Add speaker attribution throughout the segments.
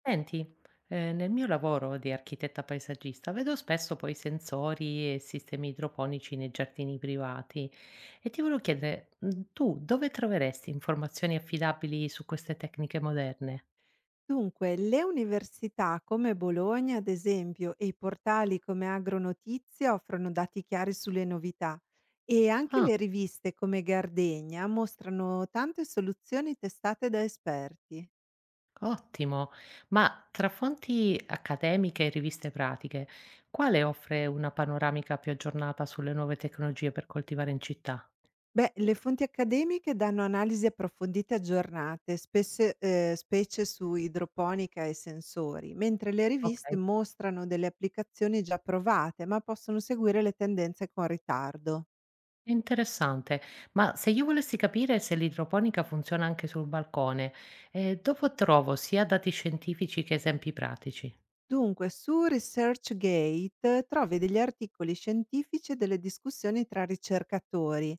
Speaker 1: Senti, nel mio lavoro di architetta paesaggista vedo spesso poi sensori e sistemi idroponici nei giardini privati e ti volevo chiedere, tu dove troveresti informazioni affidabili su queste tecniche moderne?
Speaker 2: Dunque, le università come Bologna, ad esempio, e i portali come Agronotizia offrono dati chiari sulle novità e anche
Speaker 1: Ah,
Speaker 2: le riviste come Gardegna mostrano tante soluzioni testate da esperti.
Speaker 1: ottimo, ma tra fonti accademiche e riviste pratiche, quale offre una panoramica più aggiornata sulle nuove tecnologie per coltivare in città?
Speaker 2: Beh, le fonti accademiche danno analisi approfondite e aggiornate, specie su idroponica e sensori, mentre le riviste
Speaker 1: Ok.
Speaker 2: mostrano delle applicazioni già provate, ma possono seguire le tendenze con ritardo.
Speaker 1: Interessante. Ma se io volessi capire se l'idroponica funziona anche sul balcone, dove trovo sia dati scientifici che esempi pratici?
Speaker 2: Dunque, su ResearchGate trovi degli articoli scientifici e delle discussioni tra ricercatori,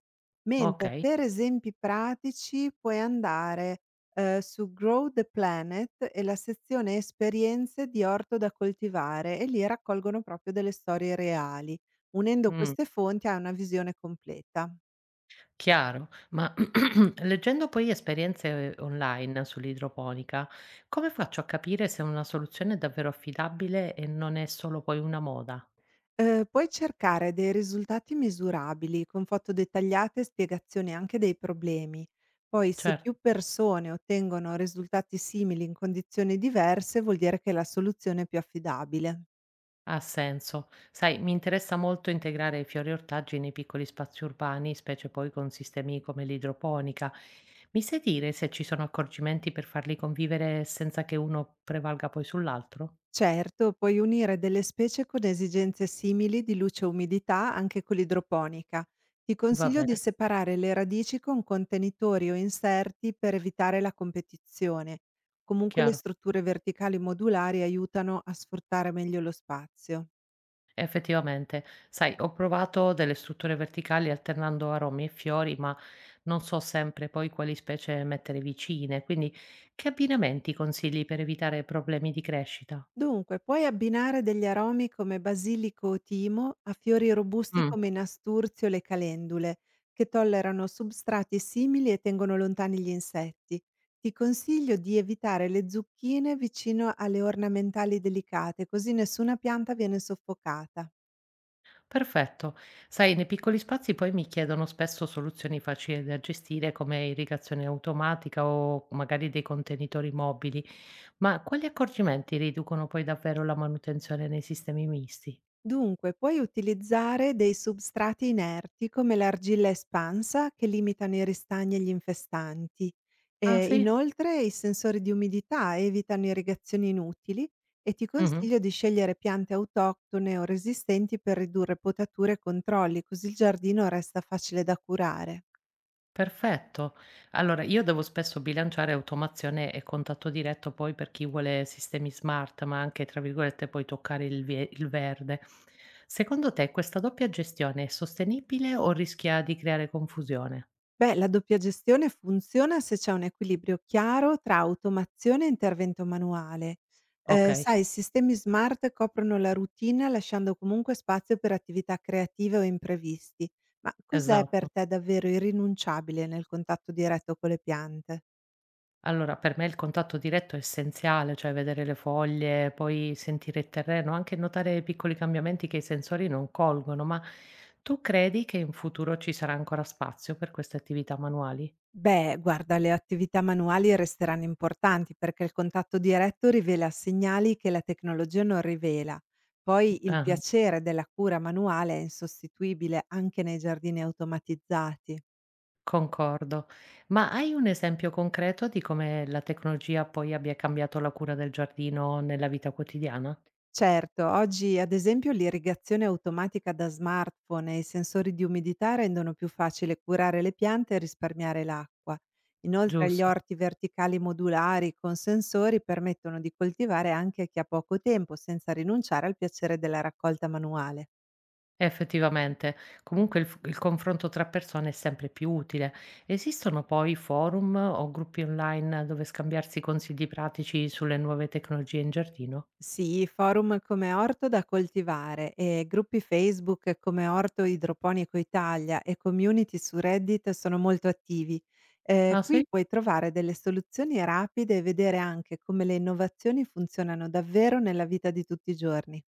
Speaker 1: Ok.
Speaker 2: mentre per esempi pratici puoi andare su Grow the Planet e la sezione esperienze di orto da coltivare e lì raccolgono proprio delle storie reali. Unendo
Speaker 1: Mm,
Speaker 2: queste fonti hai una visione completa.
Speaker 1: chiaro. Ma leggendo poi esperienze online sull'idroponica, come faccio a capire se una soluzione è davvero affidabile e non è solo poi una moda?
Speaker 2: Puoi cercare dei risultati misurabili, con foto dettagliate e spiegazioni anche dei problemi. Poi se
Speaker 1: Certo.
Speaker 2: più persone ottengono risultati simili in condizioni diverse, vuol dire che la soluzione è più affidabile.
Speaker 1: Ha senso. Sai, mi interessa molto integrare i fiori e ortaggi nei piccoli spazi urbani, specie poi con sistemi come l'idroponica. Mi sai dire se ci sono accorgimenti per farli convivere senza che uno prevalga poi sull'altro?
Speaker 2: Certo, puoi unire delle specie con esigenze simili di luce e umidità anche con l'idroponica. Ti
Speaker 1: Va
Speaker 2: consiglio di
Speaker 1: bene,
Speaker 2: separare le radici con contenitori o inserti per evitare la competizione. Comunque le
Speaker 1: chiaro.
Speaker 2: strutture verticali modulari aiutano a sfruttare meglio lo spazio.
Speaker 1: Effettivamente, sai, ho provato delle strutture verticali alternando aromi e fiori, ma non so sempre poi quali specie mettere vicine, quindi che abbinamenti consigli per evitare problemi di crescita?
Speaker 2: Dunque, puoi abbinare degli aromi come basilico o timo a fiori robusti come nasturzio e le calendule, che tollerano substrati simili e tengono lontani gli insetti. Ti consiglio di evitare le zucchine vicino alle ornamentali delicate, così nessuna pianta viene soffocata.
Speaker 1: Perfetto. Sai, nei piccoli spazi poi mi chiedono spesso soluzioni facili da gestire come irrigazione automatica o magari dei contenitori mobili, ma quali accorgimenti riducono poi davvero la manutenzione nei sistemi misti?
Speaker 2: Dunque, puoi utilizzare dei substrati inerti come l'argilla espansa che limitano i ristagni e gli infestanti.
Speaker 1: Ah,
Speaker 2: E
Speaker 1: sì?
Speaker 2: inoltre i sensori di umidità evitano irrigazioni inutili e ti
Speaker 1: Mhm.
Speaker 2: consiglio di scegliere piante autoctone o resistenti per ridurre potature e controlli, così il giardino resta facile da curare.
Speaker 1: Perfetto. Allora, io devo spesso bilanciare automazione e contatto diretto poi per chi vuole sistemi smart, ma anche, tra virgolette, poi toccare il, il verde. Secondo te questa doppia gestione è sostenibile o rischia di creare confusione?
Speaker 2: Beh, la doppia gestione funziona se c'è un equilibrio chiaro tra automazione e intervento manuale.
Speaker 1: Okay,
Speaker 2: Sai, i sistemi smart coprono la routine lasciando comunque spazio per attività creative o imprevisti. Ma cos'è
Speaker 1: esatto.
Speaker 2: per te davvero irrinunciabile nel contatto diretto con le piante?
Speaker 1: Allora per me il contatto diretto è essenziale, cioè vedere le foglie, poi sentire il terreno, anche notare piccoli cambiamenti che i sensori non colgono, ma tu credi che in futuro ci sarà ancora spazio per queste attività manuali?
Speaker 2: Beh, guarda, le attività manuali resteranno importanti perché il contatto diretto rivela segnali che la tecnologia non rivela. Poi il
Speaker 1: Ah,
Speaker 2: piacere della cura manuale è insostituibile anche nei giardini automatizzati.
Speaker 1: concordo. Ma hai un esempio concreto di come la tecnologia poi abbia cambiato la cura del giardino nella vita quotidiana?
Speaker 2: Certo, oggi ad esempio l'irrigazione automatica da smartphone e i sensori di umidità rendono più facile curare le piante e risparmiare l'acqua. Inoltre gli
Speaker 1: Giusto.
Speaker 2: orti verticali modulari con sensori permettono di coltivare anche a chi ha poco tempo senza rinunciare al piacere della raccolta manuale.
Speaker 1: Effettivamente, comunque il confronto tra persone è sempre più utile. Esistono poi forum o gruppi online dove scambiarsi consigli pratici sulle nuove tecnologie in giardino?
Speaker 2: Sì, forum come Orto da coltivare e gruppi Facebook come Orto Idroponico Italia e community su Reddit sono molto attivi.
Speaker 1: Ah
Speaker 2: Qui
Speaker 1: sì?
Speaker 2: puoi trovare delle soluzioni rapide e vedere anche come le innovazioni funzionano davvero nella vita di tutti i giorni.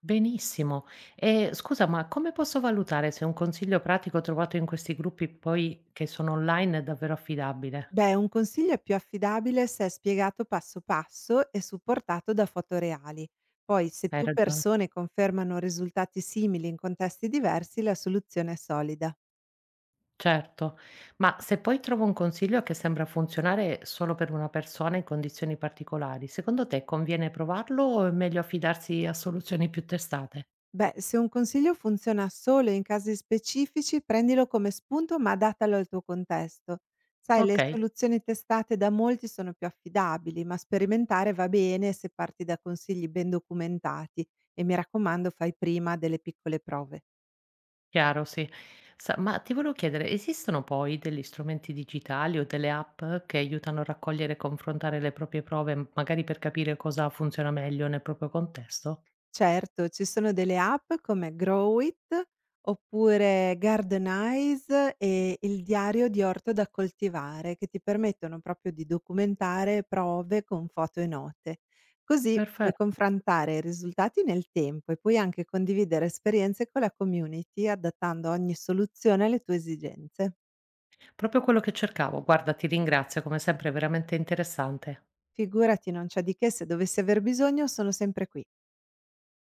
Speaker 1: Benissimo. E scusa, ma come posso valutare se un consiglio pratico trovato in questi gruppi poi che sono online è davvero affidabile?
Speaker 2: Beh, un consiglio è più affidabile se è spiegato passo passo e supportato da foto reali. Poi, se
Speaker 1: Hai
Speaker 2: più
Speaker 1: ragione.
Speaker 2: persone confermano risultati simili in contesti diversi, la soluzione è solida.
Speaker 1: Certo, ma se poi trovo un consiglio che sembra funzionare solo per una persona in condizioni particolari, secondo te conviene provarlo o è meglio affidarsi a soluzioni più testate?
Speaker 2: Beh, se un consiglio funziona solo in casi specifici, prendilo come spunto ma adattalo al tuo contesto. Sai, le
Speaker 1: Ok,
Speaker 2: soluzioni testate da molti sono più affidabili, ma sperimentare va bene se parti da consigli ben documentati e mi raccomando fai prima delle piccole prove.
Speaker 1: chiaro, sì. Ma ti volevo chiedere, esistono poi degli strumenti digitali o delle app che aiutano a raccogliere e confrontare le proprie prove, magari per capire cosa funziona meglio nel proprio contesto?
Speaker 2: Certo, ci sono delle app come Growit oppure Gardenize e il diario di orto da coltivare che ti permettono proprio di documentare prove con foto e note. Così puoi
Speaker 1: Perfetto,
Speaker 2: confrontare i risultati nel tempo e puoi anche condividere esperienze con la community adattando ogni soluzione alle tue esigenze.
Speaker 1: proprio quello che cercavo. Guarda, ti ringrazio, come sempre, è veramente interessante.
Speaker 2: Figurati, non c'è di che, se dovessi aver bisogno sono sempre qui.